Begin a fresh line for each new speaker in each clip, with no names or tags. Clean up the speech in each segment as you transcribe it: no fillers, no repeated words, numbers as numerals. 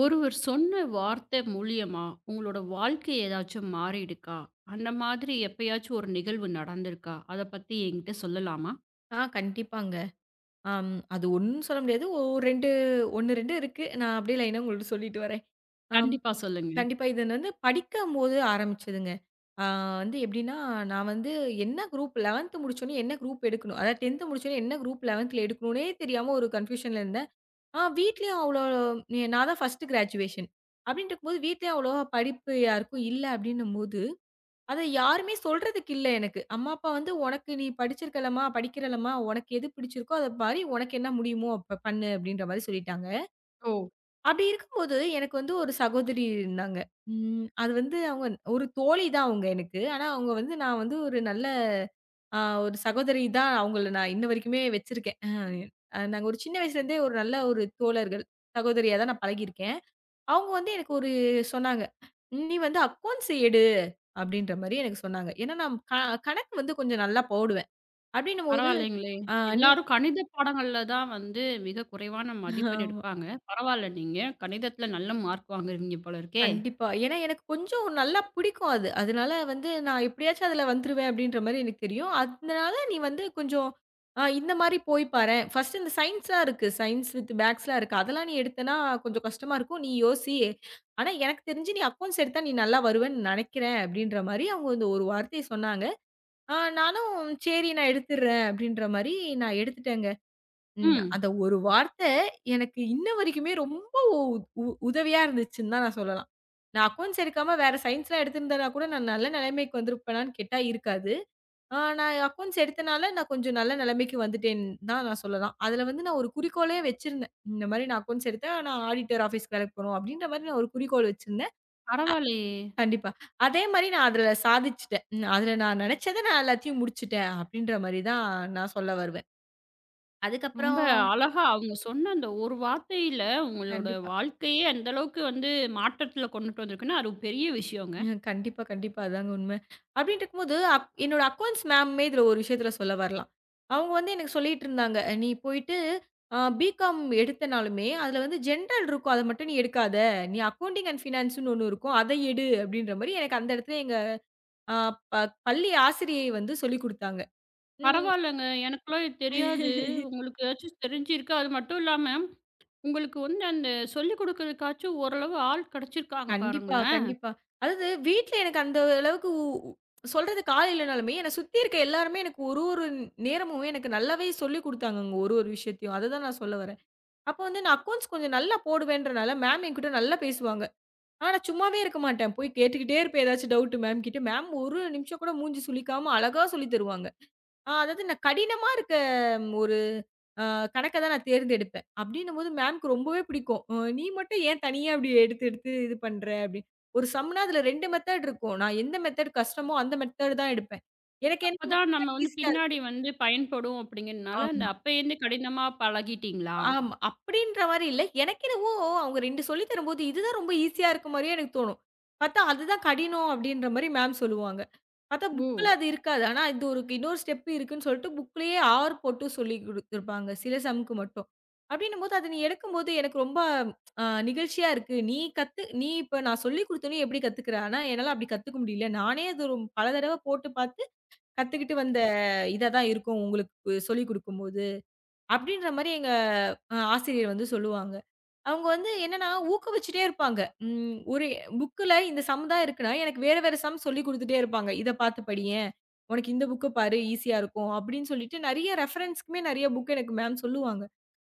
ஒருவர் சொன்ன வார்த்தை மூலியமா உங்களோட வாழ்க்கை ஏதாச்சும் மாறிடுக்கா? அந்த மாதிரி எப்பயாச்சும் ஒரு நிகழ்வு நடந்திருக்கா? அத பத்தி என்கிட்ட சொல்லலாமா?
கண்டிப்பாங்க. அது ஒண்ணுன்னு சொல்ல முடியாது. 2 1, 2 இருக்கு. நான் அப்படியே லைனா உங்கள்ட்ட சொல்லிட்டு வரேன். அம்
கண்டிப்பா சொல்லுங்க.
கண்டிப்பா இது வந்து படிக்கும்போது ஆரம்பிச்சதுங்க. ஆ வந்து எப்படின்னா, நான் வந்து என்ன குரூப் 11த் முடிச்சோனே என்ன குரூப் எடுக்கணும்? அதாவது 10த் முடிச்சோனே என்ன குரூப் 11த்ல எடுக்கணும்னே தெரியாம ஒரு கன்ஃப்யூஷன்ல இருந்தேன். வீட்லயும் அவ்வளோ நான் தான் ஃபர்ஸ்ட் கிராஜுவேஷன். அப்படின்றபோது வீட்லயும் அவ்வளோவா படிப்பு யாருக்கும் இல்ல அப்படின்னும்போது, அத யாருமே சொல்றதுக்கு இல்ல எனக்கு. அம்மா, அப்பா வந்து "உனக்கு நீ படிச்சிருக்கலம்மா, படிக்கிறலம்மா, உனக்கு எது பிடிச்சிருக்கோ அது பாரு. உனக்கு என்ன முடியுமோ அப்ப பண்ணு" அப்படின்ற மாரி சொல்லிட்டாங்க.
ஓ!
அப்படி இருக்கும்போது எனக்கு வந்து ஒரு சகோதரி இருந்தாங்க. அது வந்து அவங்க ஒரு தோழி தான் அவங்க எனக்கு. ஆனா அவங்க வந்து நான் வந்து ஒரு நல்ல அ ஒரு சகோதரி தான் அவங்கள நான் இன்ன வரைக்குமே வச்சிருக்கேன். நாங்க ஒரு சின்ன வயசுலேருந்தே ஒரு நல்ல ஒரு தோழர்கள், சகோதரியா தான் நான் பழகியிருக்கேன். அவங்க வந்து எனக்கு ஒரு சொன்னாங்க. "நீ வந்து அக்கவுண்ட்ஸ் எடு" அப்படின்ற மாரி எனக்கு சொன்னாங்க. ஏன்னா நான் கணக்கு வந்து கொஞ்சம் நல்லா போடுவேன். அப்படின்னும்போது
பரவாயில்லைங்களே!
ஆ நீ
எல்லாரும் கணித பாடங்கள்ல தான் வந்து மிக குறைவான மதிப்பெண்
ஆமா.
எடுப்பாங்க. பரவாயில்ல நீங்க கணிதத்துல நல்ல மார்க் வாங்குறீங்க போல இருக்கே!
கண்டிப்பா. ஏன்னா எனக்கு கொஞ்சம் நல்லா பிடிக்கும் அது. அதனால வந்து நான் எப்படியாச்சும் அதுல வந்துருவேன் அப்படின்ற மாரி எனக்கு தெரியும். அதனால நீ வந்து கொஞ்சம் இந்த மாரி போய் பாரேன். ஃபர்ஸ்ட் இந்த சயன்ஸ்லாம் இருக்கு. சயன்ஸ் வித் பேக்ஸ்லாம் இருக்கு. அதெல்லாம் நீ எடுத்தேன்னா கொஞ்சம் கஷ்டமா இருக்கும். நீ யோசி. ஆனா எனக்கு தெரிஞ்சு நீ அக்கவுண்ட்ஸ் எடுத்தா நீ நல்லா வருவேன்னு நினைக்கிறேன்" அப்படின்ற மாரி அவங்க வந்து ஒரு வார்த்தைய சொன்னாங்க. நானும் சரி நான் எடுத்துடுறேன் அப்படின்ற மாரி நான் எடுத்துட்டேங்க.
ம்.
அந்த ஒரு வார்த்த எனக்கு இன்ன வரைக்குமே ரொம்ப உ உ உதவியா இருந்துச்சுன்னு தான் நான் சொல்லலாம். நான் அக்கவுண்ட்ஸ் எடுக்காம வேற சயன்ஸ்லாம் எடுத்திருந்தேன்னா கூட நான் நல்ல நிலைமைக்கு வந்திருப்பேனான்னு கேட்டா இருக்காது. நான் அக்கவுண்ட்ஸ் எடுத்தனால நான் கொஞ்சம் நல்ல நிலைமைக்கு வந்துட்டேன்னு தான் நான் சொல்லலாம். அதுல வந்து நான் ஒரு குறிக்கோளே வச்சிருந்தேன். இந்த மாரி நான் அக்கவுண்ட்ஸ் எடுத்தா நான் ஆடிட்டர் ஆஃபீஸ்க்கு வேலைக்கு போணும் அப்படின்ற மாரி நான் ஒரு குறிக்கோள் வச்சிருந்தேன்.
பரவாயில்லையே!
கண்டிப்பா. அதே மாரி நான் அதுல சாதிச்சுட்டேன். ம், அதுல நான் நெனச்சத நான் எல்லாத்தையும் முடிச்சுட்டேன். அப்டின்ற மாரி தான் நான் சொல்ல வருவேன்.
ரொம்ப
அதுக்கப்புறம்
அழகா அவங்க சொன்ன அந்த ஒரு வார்த்தையில உங்களோட
கண்டிப்பா.
வாழ்க்கையே அந்த அளவுக்கு வந்து மாற்றத்துல கொண்டுட்டு வந்திருக்குன்னா, அது ஒரு பெரிய விஷயங்க.
ம். கண்டிப்பா, கண்டிப்பா. அதாங்க உண்ம. அப்டின்ட்டு இருக்கும்போது, என்னோட அக்கவுண்ட்ஸ் மேமுமே இதுல ஒரு விஷயத்துல சொல்ல வரலாம். அவங்க வந்து எனக்கு சொல்லிட்டு இருந்தாங்க. "நீ போயிட்டு பிகாம் எடுத்தனாலுமே, அதுல வந்து ஜென்ரல் இருக்கும். அத மட்டும் நீ எடுக்காத. நீ அக்கவுண்டிங் அண்ட் ஃபினான்ஸ்ன்னு ஒண்ணு இருக்கும். அத எடு" அப்டின்ற மாரி எனக்கு அந்த இடத்துல எங்க அ ப பள்ளி ஆசிரியை வந்து சொல்லிக் குடுத்தாங்க.
பரவாயில்லங்க. எனக்கெல்லாம் இது தெரியாது.
ம்.
உங்களுக்கு ஏதாச்சும் தெரிஞ்சிருக்கு. அது மட்டும் இல்லாம, உங்களுக்கு வந்து அந்த சொல்லிக் குடுக்கறதுக்காச்சும் ஓரளவு ஆள் கிடைச்சிருக்காங்க
கண்டிப்பா,
பாருங்களேன்.
கண்டிப்பா. அதாவது வீட்ல எனக்கு அந்த அளவுக்கு உ உ- சொல்றதுக்கு ஆள் இல்லனாலுமே, என்ன சுத்தி இருக்க எல்லாருமே எனக்கு ஒரு ஒரு நேரமும் எனக்கு நல்லாவே சொல்லிக் குடுத்தாங்கங்க. ஒரு ஒரு விஷயத்தையும். அததான் நான் சொல்ல வரேன். அப்போ வந்து நான் அக்கவுண்ட்ஸ் கொஞ்சம் நல்லா போடுவேன்றனால, மேம் என்கிட்ட நல்லா பேசுவாங்க. ஆனா நான் சும்மாவே இருக்க மாட்டேன். போய் கேட்டுக்கிட்டே இருப்பேன் ஏதாச்சும் டவுட் மேம் கிட்ட. மேம் ஒரு நிமிஷம் கூட மூஞ்சி சுளிக்காம அழகா சொல்லித் தருவாங்க. அதாவது நான் கடினமா இருக்க ம், ஒரு அ கணக்க தான் நான் தேர்ந்தெடுப்பேன். அப்டின்னும்போது மேம்க்கு ரொம்பவே பிடிக்கும். நீ மட்டும் ஏன் தனியா இப்டி எடுத்து, எடுத்து இது பண்ற?" அப்டின்னு. ஒரு சம்னா அதுல 2 மெத்தட் இருக்கும். நான் எந்த மெத்தட் கஷ்டமோ அந்த மெத்தட் தான் எடுப்பேன். எனக்கு என்னமோ
அப்பதான்
அதுதான்
நம்ம வந்து
ஈஸியா
பின்னாடி
இருக்கும்.
வந்து பயன்படும் அப்படிங்கிறதுனால, அந்த
ஆமா.
அப்பயிருந்து கடினமா பழகிட்டீங்களா?
ஆமா. அப்படின்ற மாரி இல்ல. எனக்கென்னவோ அவங்க 2 சொல்லி தரும்போது, இதுதான் ரொம்ப ஈஸியா இருக்க மாரியே எனக்கு தோணும். பார்த்தா அதுதான் கடினம் அப்படின்ற மாரி மேம் சொல்லுவாங்க. பார்த்தா
ஓ!
புக்ல அது இருக்காது. ஆனா இது ஒரு இன்னொரு ஸ்டெப் இருக்குன்னு சொல்லிட்டு புக்லயே ஆர் போட்டு சொல்லிக் குடுத்துருப்பாங்க. சில சம்க்கு மட்டும். அப்படின்னும்போது அத நீ எடுக்கும்போது எனக்கு ரொம்ப நிகழ்ச்சியா இருக்கு. நீ கத்து நீ இப்ப நான் சொல்லிக் குடுத்தோனே எப்படி கத்துக்கிற? ஆனா என்னால அப்படி கத்துக்க முடியல. நானே அது ஒரு பல தடவ போட்டு பார்த்து கத்துக்கிட்டு வந்த இதா தான் இருக்கும் உங்களுக்கு சொல்லிக் குடுக்கும்போது. அப்படின்ற மாரி எங்க ஆசிரியர் வந்து சொல்லுவாங்க. அவங்க வந்து என்னன்னா, ஊக்குவிச்சுட்டே இருப்பாங்க. ஒரு புக்குல இந்த சம் தான் இருக்குன்னா, எனக்கு வேற வேற சம் சொல்லிக் குடுத்துட்டே இருப்பாங்க. இத பார்த்து படியேன். உனக்கு இந்த புக்க பாரு ஈஸியா இருக்கும். அப்படின்னு சொல்லிட்டு நெறைய ரெஃபரன்ஸ்க்குமே நெறைய புக் எனக்கு மேம் சொல்லுவாங்க.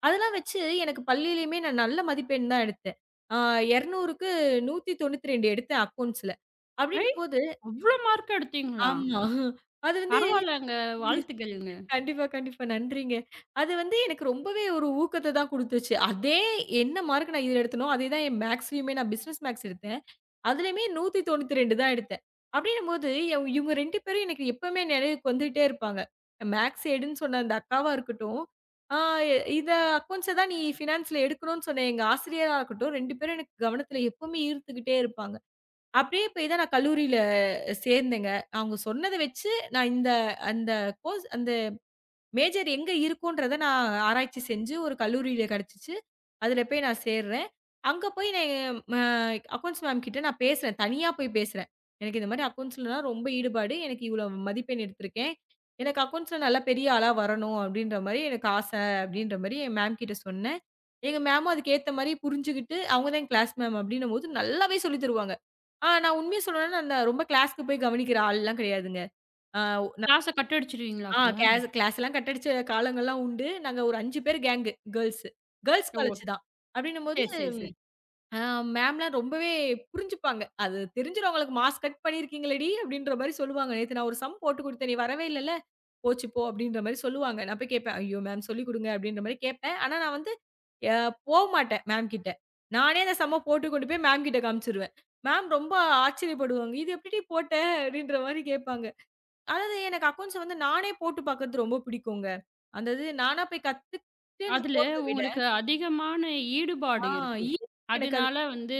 அதெல்லாம் வச்சு எனக்கு பள்ளியிலயுமே நான் நல்ல மதிப்பெண் தான் எடுத்தேன். ஆ 200க்கு 192 எடுத்தேன் அக்கவுண்ட்ஸ்ல.
ஐ!
அப்படின்னும்போது
அவ்ளோ மார்க் எடுத்தீங்களா?
ஆமா. அது வந்து
பரவாயில்லங்க. வாழ்த்துக்கள்ங்க.
கண்டிப்பா, கண்டிப்பா. நன்றிங்க. அது வந்து எனக்கு ரொம்பவே ஒரு ஊக்கத்த தான் குடுத்துச்சு. அதே என்ன மார்க் நான் இதுல எடுத்தனோ, அதே தான் என் மேக்ஸ்லயுமே நான் பிசினஸ் மேக்ஸ் எடுத்தேன். அதுலயுமே 192 தான் எடுத்தேன். அப்படின்னும்போது இவங்க 2 பேரும் எனக்கு எப்பவுமே நினைவுக்கு வந்துட்டே இருப்பாங்க. மேக்ஸ் எடுன்னு சொன்ன அந்த அக்காவா இருக்கட்டும், ஆ இத அக்கவுண்ட்ஸ தான் நீ ஃபினான்ஸ்ல எடுக்கணும்னு சொன்ன எங்க ஆசிரியரா இருக்கட்டும், 2 பேரும் எனக்கு கவனத்துல எப்பவுமே ஈர்த்துக்கிட்டே இருப்பாங்க. அப்படியே போய் தான் நான் கல்லூரியில சேர்ந்தேங்க. அவங்க சொன்னத வச்சு நான் இந்த அந்த கோர்ஸ் அந்த மேஜர் எங்க இருக்குன்றத நான் ஆராய்ச்சி செஞ்சு ஒரு கல்லூரியில கிடைச்சுச்சு. அதுல போய் நான் சேர்றேன். அங்க போய் நான் ம அக்கவுண்ட்ஸ் மேம் கிட்ட நான் பேசுறேன். தனியா போய் பேசுறேன். எனக்கு இந்த மாரி அக்கவுண்ட்ஸ்லலாம் ரொம்ப ஈடுபாடு. எனக்கு இவ்வளோ மதிப்பெண் எடுத்திருக்கேன். எனக்கு அக்கவுண்ட்ஸ்ல நல்லா பெரிய ஆளா வரணும் அப்படின்ற மாரி எனக்கு ஆசை அப்படின்ற மாரி என் மேம் கிட்ட சொன்னேன். எங்க மேமும் அதுக்கு ஏத்த மாரி புரிஞ்சுகிட்டு அவங்க தான் என் கிளாஸ் மேம் அப்படின்னும்போது நல்லாவே சொல்லித் தருவாங்க. நான் உண்மைய சொல்லணும்னா நான் ரொம்ப கிளாஸ்க்கு போய் கவனிக்கிற ஆள்லாம் கிடையாதுங்க. ஆ
கிளாஸ கட் அடிச்சுருவீங்களா
ஆ
அப்ப?
கிளாஸ் கிளாஸ்லாம் கட் அடிச்ச காலங்கள்லாம் உண்டு. நாங்க ஒரு 5 பேர் கேங்கு கேர்ல்ஸு. கேர்ல்ஸ்
ஓ!
காலேஜ் தான். அப்டின்னும்போது
சரி, சரி, சரி.
அ மேம்லாம் ரொம்பவே புரிஞ்சுப்பாங்க. அது தெரிஞ்சிரும் அவங்களுக்கு மார்க்ஸ் கட் பண்ணியிருக்கீங்களேடி! அப்டின்ற மாரி சொல்லுவாங்க. நேத்து நான் ஒரு சம் போட்டு குடுத்தேன். நீ வரவே இல்லல. போச்சு போ! அப்டின்ற மாரி சொல்லுவாங்க. நான் போய் கேட்பேன். ஐயோ! மேம் சொல்லிக் குடுங்க அப்டின்ற மாரி கேட்பேன். ஆனா நான் வந்து அ போமாட்டேன் மேம் கிட்ட. நானே அந்த சம்ம போட்டு கொண்டு போய் மேம் கிட்ட காமிச்சுருவேன். மேம் ரொம்ப ஆச்சரியப்படுவாங்க. "இது எப்டிடி போட்ட?" அப்டின்ற மாரி கேட்பாங்க. அதாவது எனக்கு அக்கவுண்ட்ஸ் வந்து நானே போட்டு பார்க்கறது ரொம்ப பிடிக்குங்க. அதாவது நானா போய் கத்துக்கிட்டு நான்
அதுல
போடுறத விட,
உங்களுக்கு அதிகமான
ஆ
ஈடுபாடு இருக்கு.
ஈஸியா எனக்கு அது
அதனால வந்து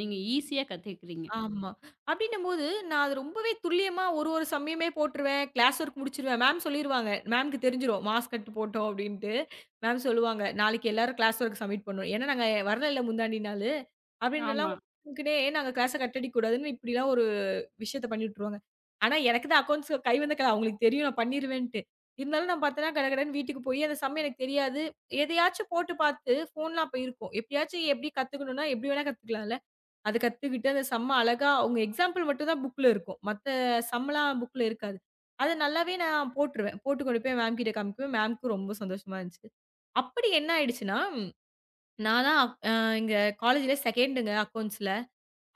நீங்க ஈஸியா கத்துக்கிறீங்க.
ஆமா. அப்டின்னும்போது நான் அது ரொம்பவே துல்லியமா ஒரு ஒரு சமயமே போட்டுருவேன். Class work முடிச்சுருவேன். மேம் சொல்லிருவாங்க. மேம்க்கு தெரிஞ்சிரும். மார்க்ஸ் கட் போட்டோம் அப்டின்ட்டு. மேம் சொல்லுவாங்க. நாளைக்கு எல்லாரும் கிளாஸ் ஒர்க் சப்மிட் பண்ணணும். ஏன்னா நாங்க வரல இல்ல முந்தாடி நாளு. அப்டின்றலாம்
ஆமா.
நாங்க கிளாஸ கட் அடிக்கக்கூடாதுன்னு இப்டிலாம் ஒரு விஷயத்த பண்ணி விட்டுருவாங்க. ஆனா, எனக்கு தான் அக்கவுண்ட்ஸ் கை வந்த கலை. அவங்களுக்கு தெரியும் நான் பண்ணிருவேன்ட்டு. இருந்தாலும் நான் பார்த்தேன்னா, கடகடன்னு வீட்டுக்கு போய் அந்த சம் எனக்கு தெரியாது. எதையாச்சும் போட்டு பார்த்து ஃபோன்லாம் அப்ப இருக்கும். எப்படியாச்சும் எப்படி கத்துக்கணும்னா, எப்படி வேணா கத்துக்கலாம்ல. அத கத்துக்கிட்டு அந்த சம்ம அழகா அவங்க எக்ஸாம்பிள் மட்டும் தான் புக்ல இருக்கும். மத்த சம்லாம் புக்ல இருக்காது. அத நல்லாவே நான் போட்டுருவேன். போட்டு கொண்டு போய் மேம் கிட்ட காமிக்குவேன். மேம்க்கு ரொம்ப சந்தோஷமா இருந்துச்சு. அப்படி என்ன ஆயிடுச்சுன்னா, நான் தான் அ இங்க காலேஜ்ல 2ண்டுங்க அக்கவுண்ட்ஸ்ல.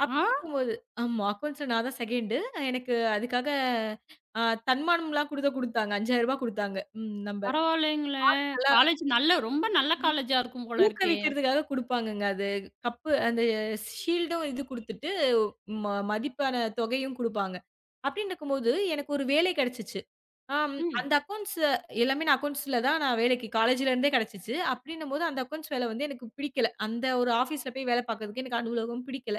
அப்படி
ஆ!
இருக்கும்போது ஆமா. அக்கவுண்ட்ஸ்ல நான் தான் செகண்டு. எனக்கு அதுக்காக அ தன்மானம்லாம் குடுக்க குடுத்தாங்க. ரூ. 5,000 குடுத்தாங்க. ம் நம்ப
பரவாயில்லைங்களே!
நல்லா
காலேஜ் நல்ல ரொம்ப நல்ல காலேஜா இருக்கும் போல இருக்கே!
ஊக்குவிக்கிறதுக்காக குடுப்பாங்கங்க. அது கப்பு அந்த ஷீல்டும் இது குடுத்துட்டு, மதிப்பான தொகையும் குடுப்பாங்க. அப்படின்னு இருக்கும்போது, எனக்கு ஒரு வேலை கிடைச்சுச்சு. ஆம்
ம்.
அந்த அக்கவுண்ட்ஸ் எல்லாமே நான் அக்கவுண்ட்ஸ்ல தான் நான் வேலைக்கு காலேஜ்ல இருந்தே கிடைச்சுச்சு. அப்படின்னும்போது, அந்த அக்கவுண்ட்ஸ் வேலை வந்து எனக்கு பிடிக்கல. அந்த ஒரு ஆஃபீஸ்ல போய் வேலை பார்க்கறதுக்கு எனக்கு அலுவலகம் பிடிக்கல.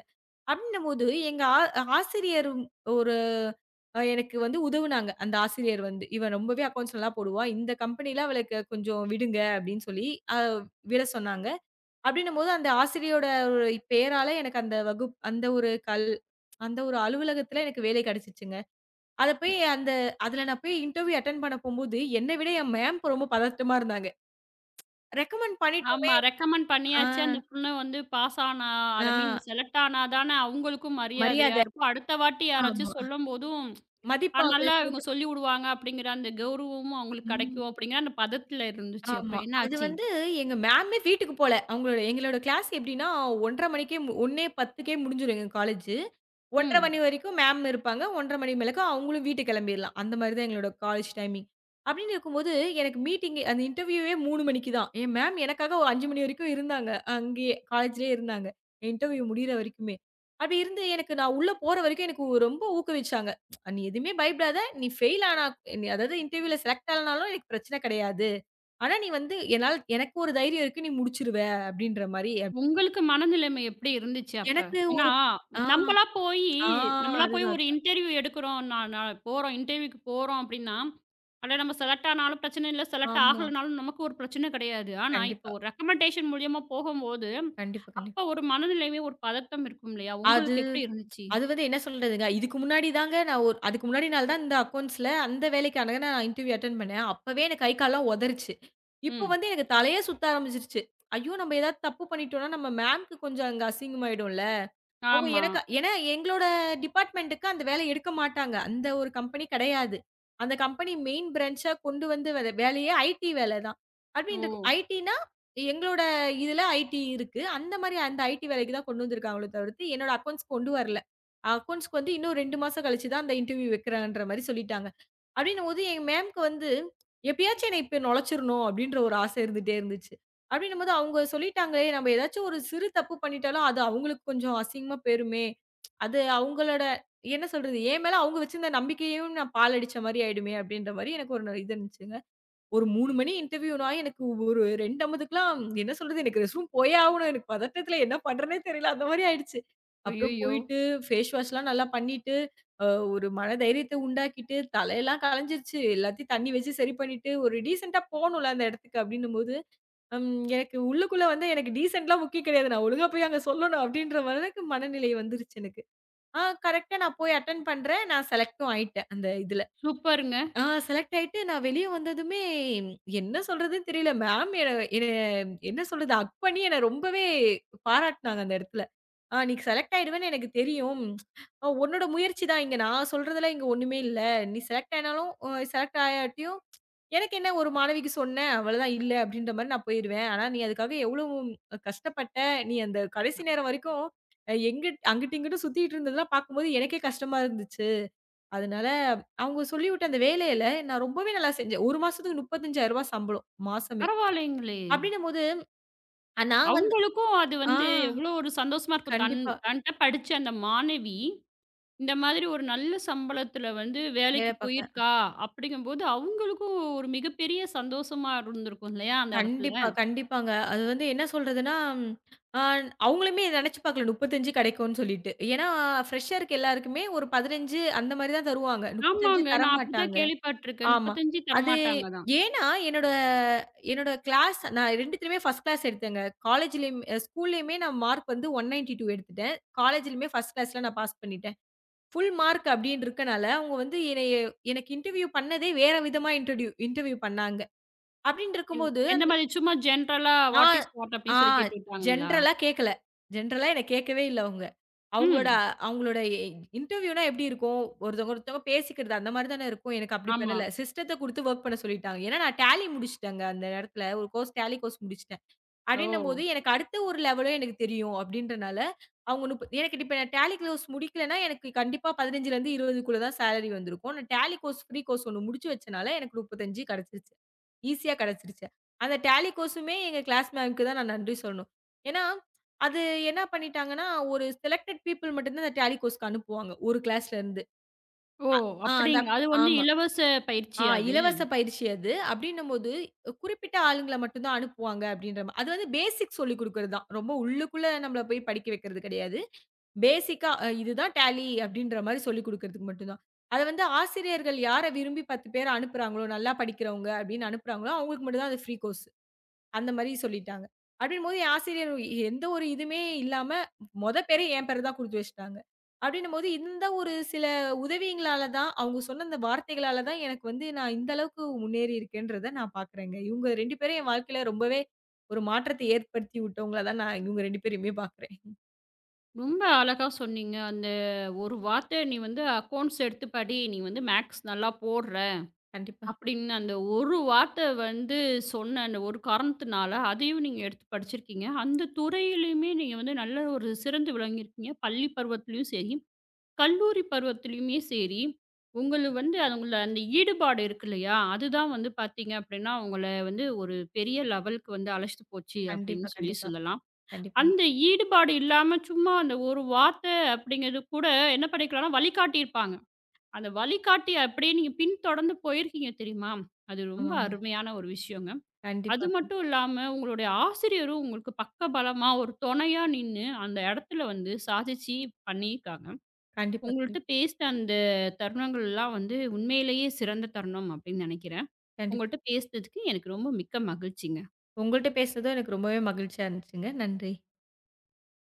அப்டின்னும்போது எங்க ஆசிரியரும் ஒரு எனக்கு வந்து உதவுனாங்க. அந்த ஆசிரியர் வந்து, "இவ ரொம்பவே அக்கவுண்ட்ஸ் நல்லா போடுவா. இந்த கம்பெனில அவளுக்கு கொஞ்சம் விடுங்க" அப்டின்னு சொல்லி அ விட சொன்னாங்க. அப்டின்னும்போது அந்த ஆசிரியரோட ஒரு பெயரால எனக்கு அந்த வகுப் அந்த ஒரு கல் அந்த ஒரு அலுவலகத்துல எனக்கு வேலை கிடைச்சுச்சுங்க. அத போய் அந்த அதுல நான் போய் இன்டர்வியூ அட்டெண்ட் பண்ண போம்போது, என்ன விட என் மேம் ரொம்ப பதட்டமா இருந்தாங்க. ரெக்கமெண்ட் பண்ணிட்டோமே
ஆமா. ரெக்கமெண்ட்
ஆ,
பண்ணியாச்சு. அந்த பொண்ணு வந்து பாஸ் ஆனா,
ஆ
ஐ மீன் செலக்ட் ஆனா தானே அவங்களுக்கும் மரியாதையா
மரியாத
இருக்கும். அடுத்த வாட்டி
ஆமா.
யாராச்சும் சொல்லும்போதும்,
மதிப்பாக
நல்லா இவங்க
கேட்டுப்பா
சொல்லி விடுவாங்க அப்படிங்கிற அந்த கௌரவமும் அவங்களுக்கு
ம்.
கிடைக்கும் அப்படிங்கிற அந்த பதத்துல இருந்துச்சு.
ஆமா.
அப்புறம் என்ன
அது
ஆச்சு?
வந்து எங்க மேமே வீட்டுக்கு போல. அவங்களோட எங்களோட கிளாஸ் எப்படின்னா 1:30 மணிக்கே 1:10க்கே முடிஞ்சிரும் எங்க காலேஜு. 1:30
ம்.
மணி வரைக்கும் மேம் இருப்பாங்க. 1:30 மணி மேலக்கு அவங்களும் வீட்டு கிளம்பிரலாம். அந்த மாரி தான் எங்களோட காலேஜ் டைமிங். அப்படின்னு இருக்கும்போது எனக்கு மீட்டிங் அந்த இன்டர்வியூவே 3 மணிக்கு தான். என் மேம் எனக்காக ஒரு 5 மணி வரைக்கும் இருந்தாங்க. அங்கேயே காலேஜ்லயே இருந்தாங்க. இன்டர்வியூ முடியிற வரைக்குமே. அப்படி இருந்து எனக்கு நான் உள்ள போற வரைக்கும் எனக்கு ரொம்ப ஊக்குவிச்சாங்க. "நீ எதுவுமே பயப்படாத. நீ ஃபெயில் ஆனா அதாவது இன்டர்வியூல செலக்ட் ஆனாலும் எனக்கு பிரச்சனை கிடையாது. ஆனா நீ வந்து என்னால எனக்கு ஒரு தைரியம் இருக்கு நீ முடிச்சுருவ அப்படின்ற மாரி
உங்களுக்கு மனநிலைமை எப்படி இருந்துச்சு அப்ப?
எனக்கு
ஏன்னா,
ஆ,
நம்பளா போயி
ஆ
நம்மளா போய்
அதுதான்.
ஒரு இன்டர்வியூ எடுக்கிறோம். நான் நான் போறோம் இன்டர்வியூக்கு போறோம் அப்படின்னா, அதுல நம்ம செலக்ட் ஆனாலும் பிரச்சனை இல்ல, செலக்ட்
ஆமா.
ஆகலனாலும் நமக்கு ஒரு பிரச்சனை கிடையாது. ஆனா, இப்ப
கண்டிப்பா,
ஒரு ரெக்கமெண்டேஷன் மூலியமா போகும்போது,
கண்டிப்பா,
அப்ப
கண்டிப்பா.
ஒரு மனநிலைமை, ஒரு பதட்டம் இருக்கும் இல்லையா?
அது
உங்களுக்கு எப்படி இருந்துச்சு?
அது வந்து என்ன சொல்றதுங்க, இதுக்கு முன்னாடி தாங்க நான் ஒரு அதுக்கு முன்னாடி நாள் தான் இந்த அக்கவுண்ட்ஸ்ல அந்த வேலைக்கான நான் இன்டர்வியூ அட்டெண்ட் பண்ணேன். அப்பவே எனக்கு கை கால்லாம் உதறிச்சு. இப்போ
ம்.
வந்து எனக்கு தலையே சுத்த ஆரம்பிச்சுருச்சு. ஐயோ! நம்ம ஏதாவது தப்பு பண்ணிட்டோம்னா, நம்ம மேம்க்கு கொஞ்சம் அங்க அசிங்கமாயிடும்ல. அவங்க
ஆமா.
எனக்கு ஏன்னா எங்களோட டிபார்ட்மென்ட்க்கு அந்த வேலை எடுக்க மாட்டாங்க. அந்த ஒரு கம்பெனி கிடையாது. அந்த கம்பெனி மெயின் பிரான்ச்சா கொண்டு வந்து வர வேலையே ஐடி வேலை தான்.
ஓ!
அப்படின்ருக்கு ஐடின்னா எங்களோட இதுல ஐடி இருக்கு. அந்த மாரி அந்த ஐடி வேலைக்கு தான் கொண்டு வந்திருக்காங்களோ தவிர்த்து, என்னோட அக்கவுண்ட்ஸ் கொண்டு வரல. அக்கவுண்ட்ஸ்க்கு வந்து இன்னும் 2 மாசம் கழிச்சு தான் அந்த இன்டர்வியூ வைக்கிறேன்ற மாரி சொல்லிட்டாங்க. அப்படின்னும்போது எங்க மேம்க்கு வந்து, எப்படியாச்சும் என்ன இப்ப நொலைச்சிரணும் அப்படின்ற ஒரு ஆசை இருந்துட்டே இருந்துச்சு. அப்படின்னும்போது அவங்க சொல்லிட்டாங்களே, நம்ம ஏதாச்சும் ஒரு சிறு தப்பு பண்ணிட்டாலும், அது அவங்களுக்கு கொஞ்சம் அசிங்கமா போயிருமே. அது அவங்களோட என்ன சொல்றது? என் மேல அவங்க வச்சிருந்த நம்பிக்கையையும் நான் பாழடிச்ச மாரி ஆயிடுமே! அப்படின்ற மாரி எனக்கு ஒரு இது இருந்துச்சுங்க. ஒரு 3 மணி இன்டர்வியூனா எனக்கு ஒரு 2 அம்பதுக்குலாம் என்ன சொல்றது? எனக்கு ரெஸ்ட் ரூம் போயே ஆவணும். எனக்கு பதட்டத்துல என்ன பண்றேன்னே தெரியல. அந்த மாரி ஆயிடுச்சு. அப்புறம்
ஐயய்யோ!
போயிட்டு ஃபேஸ் வாஷ்லாம் நல்லா பண்ணிட்டு, அ ஒரு மன தைரியத்த உண்டாக்கிட்டு, தலையெல்லாம் கலஞ்சிருச்சு. எல்லாத்தையும் தண்ணி வச்சு சரி பண்ணிட்டு, ஒரு டீசென்ட்டா போணும்ல அந்த இடத்துக்கு அப்டின்னும்போது, ம் எனக்கு உள்ளுக்குள்ள வந்து எனக்கு டீசென்ட்லாம் முக்கியம் கிடையாது. நான் ஒழுங்கா போய் அங்க சொல்லணும் அப்டின்ற அளவுக்கு மனநிலை வந்துருச்சு எனக்கு. கரெக்ட்டா நான் போய் அட்டெண்ட் பண்றேன். நான் செலக்ட்டும் ஆயிட்டேன் அந்த இதுல.
சூப்பருங்க.
செலக்ட் ஆயிட்டு நான் வெளிய வந்ததுமே, என்ன சொல்றதுன்னு தெரியல. மேம் என்ன என்ன சொல்றது? ஹக் பண்ணி என்ன ரொம்பவே பாராட்டுனாங்க அந்த இடத்துல. நீ செலக்ட் ஆயிடுவேன்னு எனக்கு தெரியும். ஆ, உன்னோட முயற்சி தான் இங்க. நான் சொல்றதுல இங்க ஒண்ணுமே இல்ல. நீ செலக்ட் ஆனாலும் செலக்ட் ஆயாட்டியும் எனக்கு என்ன ஒரு மாணவிக்கு சொன்னேன். அவ்வளதான் இல்ல அப்படின்ற மாரி நான் போயிருவேன். ஆனா நீ அதுக்காக எவ்வளோ கஷ்டப்பட்ட? நீ அந்த கடைசி நேரம் வரைக்கும் எங்கிட் அங்கிட்டு இங்கிட்டு சுத்திட்டு இருந்ததெல்லாம் பார்க்கும்போது எனக்கே கஷ்டமா இருந்துச்சு." அதனால அவங்க சொல்லிவிட்ட அந்த வேலையில நான் ரொம்பவே நல்லா செஞ்சேன். 1 மாசத்துக்கு ரூ. 35,000 சம்பளம் மாசமே.
பரவாயில்லைங்களே!
அப்படின்னும்போது நான் வந்து
அவங்களுக்கும் அது
ஆ
வந்து எவ்வளோ ஒரு சந்தோஷமா இருக்கும். தன்
கண்டிப்பா.
தன்ட்ட படிச்ச அந்த மாணவி இந்த மாதிரி ஒரு நல்ல சம்பளத்துல வந்து
வேலை
வேலைக்கு
பார்க்குறேன்.
போயிருக்கா அப்படிங்கும்போது, அவங்களுக்கும் ஒரு மிகப்பெரிய சந்தோஷமா இருந்திருக்கும் இல்லையா? அந்த இடத்துல.
கண்டிப்பா, கண்டிப்பாங்க. அது வந்து என்ன சொல்றதுன்னா, அ அவங்களுமே நினைச்சு பார்க்கல 35 கிடைக்கும்னு சொல்லிட்டு. ஏன்னா ஃப்ரெஷருக்கு எல்லாருக்குமே ஒரு 15 அந்த மாரி தான் தருவாங்க. 35
ஆமாங்க. நான் அப்படிதான்
தரமாட்டாங்க.
கேள்விப்பட்டுருக்கேன்.
ஆமா.
35
அது
தரமாட்டாங்க தான்.
ஏன்னா, என்னோட என்னோட கிளாஸ் நான் 2த்துலயுமே ஃபர்ஸ்ட் கிளாஸ் எடுத்தேங்க. காலேஜ்லயும் ஸ்கூல்லயுமே நான் மார்க் வந்து 192 எடுத்துட்டேன். காலேஜ்லயுமே ஃபர்ஸ்ட் கிளாஸ்ல நான் பாஸ் பண்ணிட்டேன். ஃபுல் மார்க் அப்படின்னு இருக்கனால, அவங்க வந்து என்னைய எனக்கு இன்டர்வியூ பண்ணதே வேற விதமா இன்ட்ரோடியூ இன்டர்வியூ பண்ணாங்க. அப்படின்னு
என்
இருக்கும்போது
எந்த மாதிரி சும்மா ஜென்ரலா
ஆ,
வாட் இஸ் வாட்
ஆ
அப்படின்னு சொல்லி கேட்டு விட்டாங்களா?
ஜென்ரலா கேட்கல. ஜென்ரலா என்ன கேட்கவே இல்ல அவங்க. அவங்களோட
ம்.
அவங்களோட இன்டர்வியூனா எப்படி இருக்கும்? ஒருத்தவங்க ஒருத்தவங்க பேசிக்கிறது அந்த மாரி தானே இருக்கும். எனக்கு அப்படி
ஆமா.
பண்ணல. சிஸ்டத்த குடுத்து வொர்க் பண்ண சொல்லிட்டாங்க. ஏன்னா நான் டேலி முடிச்சுட்டேங்க அந்த இடத்துல. ஒரு கோர்ஸ் டேலி கோர்ஸ் முடிச்சுட்டேன்.
ஓ!
அப்படின்னம்போது, எனக்கு அடுத்த ஒரு லெவலும் எனக்கு தெரியும் அப்படின்றனால, அவங்க முப்ப எனக்கு இப்ப நான் டேலி கோர்ஸ் முடிக்கலன்னா, எனக்கு கண்டிப்பா 15லருந்து 20க்குள்ள தான் சேலரி வந்திருக்கும். நான் டேலி கோர்ஸ், ஃப்ரீ கோர்ஸ் ஒண்ணு முடிச்சு வச்சனால எனக்கு 35 கிடைச்சிருச்சு. ஈஸியா கிடைச்சிருச்சு. அந்த டேலி கோர்ஸுமே எங்க கிளாஸ் மேம்க்கு தான் நான் நன்றி சொல்லணும். ஏன்னா, அது என்ன பண்ணிட்டாங்கன்னா, ஒரு செலக்டட் பீப்பிள் மட்டும் தான் அந்த டேலி கோர்ஸ்க்கு அனுப்புவாங்க. ஒரு கிளாஸ்லருந்து.
ஓ!
ஆ அந்த
அப்படிங்களா?
அக்
அது வந்து
ஆமா.
இலவச பயிற்சியா அது?
இலவச பயிற்சி அது. அப்படின்னும்போது, குறிப்பிட்ட ஆளுங்கள மட்டும் தான் அனுப்புவாங்க அப்படின்ற மா அது வந்து பேசிக் சொல்லிக் குடுக்குறது தான். ரொம்ப உள்ளுக்குள்ள நம்மள போய் படிக்க வைக்கிறது கிடையாது. பேசிக்கா இதுதான் டேலி அப்படின்ற மாரி சொல்லிக் குடுக்குறதுக்கு மட்டும் தான். அத வந்து ஆசிரியர்கள் யார விரும்பி 10 பேர அனுப்புறாங்களோ, நல்லா படிக்கிறவங்க அப்படின்னு அனுப்புறாங்களோ, அவங்களுக்கு மட்டும் தான் அது ஃப்ரீ கோர்ஸ். அந்த மாரி சொல்லிட்டாங்க. அப்டின்னும்போது என் ஆசிரியர் எந்த ஒரு இதுவுமே இல்லாம, மொத பேரே என் பேர தான் குடுத்து வச்சுட்டாங்க. அப்டின்னும்போது இந்த ஒரு சில உதவிங்களால தான், அவங்க சொன்ன அந்த வார்த்தைகளால தான் எனக்கு வந்து நான் இந்த அளவுக்கு முன்னேறி இருக்கேன்றத நான் பார்க்குறேங்க. இவங்க 2 பேரும் என் வாழ்க்கையில ரொம்பவே ஒரு மாற்றத்தை ஏற்படுத்தி விட்டவங்களா தான் நான் இவங்க 2 பேரையுமே பார்க்குறேன்.
ரொம்ப அழகா சொன்னீங்க. அந்த ஒரு வார்த்தை நீ வந்து அக்கவுண்ட்ஸ் எடுத்து படி. நீ வந்து மேக்ஸ் நல்லா போடுற.
கண்டிப்பா,
அப்படின்னு அந்த ஒரு வார்த்தை வந்து சொன்ன அந்த ஒரு காரணத்தினால, அதையும் நீங்க எடுத்து படிச்சிருக்கீங்க. அந்த துறையிலயுமே நீங்க வந்து நல்ல ஒரு சிறந்து விளங்கியிருக்கீங்க. பள்ளி பருவத்திலயும் சரி, கல்லூரி பருவத்திலயுமே சரி, உங்கள வந்து உங்கள அந்த ஈடுபாடு இருக்கு இல்லையா? அதுதான் வந்து பார்த்தீங்க அப்படின்னா, உங்கள வந்து ஒரு பெரிய லெவலுக்கு வந்து அழைச்சிட்டு போச்சு
கண்டிப்பா,
அப்படின்னு சொல்லி
கண்டிப்பா,
சொல்லலாம்.
கண்டிப்பாங்க.
அந்த ஈடுபாடு இல்லாம சும்மா அந்த ஒரு வார்த்தை அப்படிங்கிறது கூட என்ன பண்ணிக்கலாம்னா வழிகாட்டியிருப்பாங்க. அந்த வழிகாட்டி அப்படியே நீங்க பின்தொடர்ந்து போயிருக்கீங்க தெரியுமா? அது ரொம்ப
ஆமாங்க.
அருமையான ஒரு விஷயங்க.
கண்டிப்பா,
அது
கண்டிப்பா,
மட்டும் இல்லாம உங்களுடைய ஆசிரியரும் உங்களுக்கு பக்கபலமா ஒரு துணையா நின்னு அந்த இடத்துல வந்து சாதிச்சு பண்ணியிருக்காங்க.
கண்டிப்பா,
உங்கள்ட்ட பேசின அந்த தருணங்கள்லாம் வந்து உண்மையிலேயே சிறந்த தருணம் அப்படின்னு நினைக்கிறேன்.
கண்டிப்பா.
உங்கள்ட்ட பேசினதுக்கு எனக்கு ரொம்ப மிக்க மகிழ்ச்சிங்க.
உங்கள்ட்ட பேசுனதும் எனக்கு ரொம்பவே மகிழ்ச்சியா இருந்துச்சுங்க. நன்றி.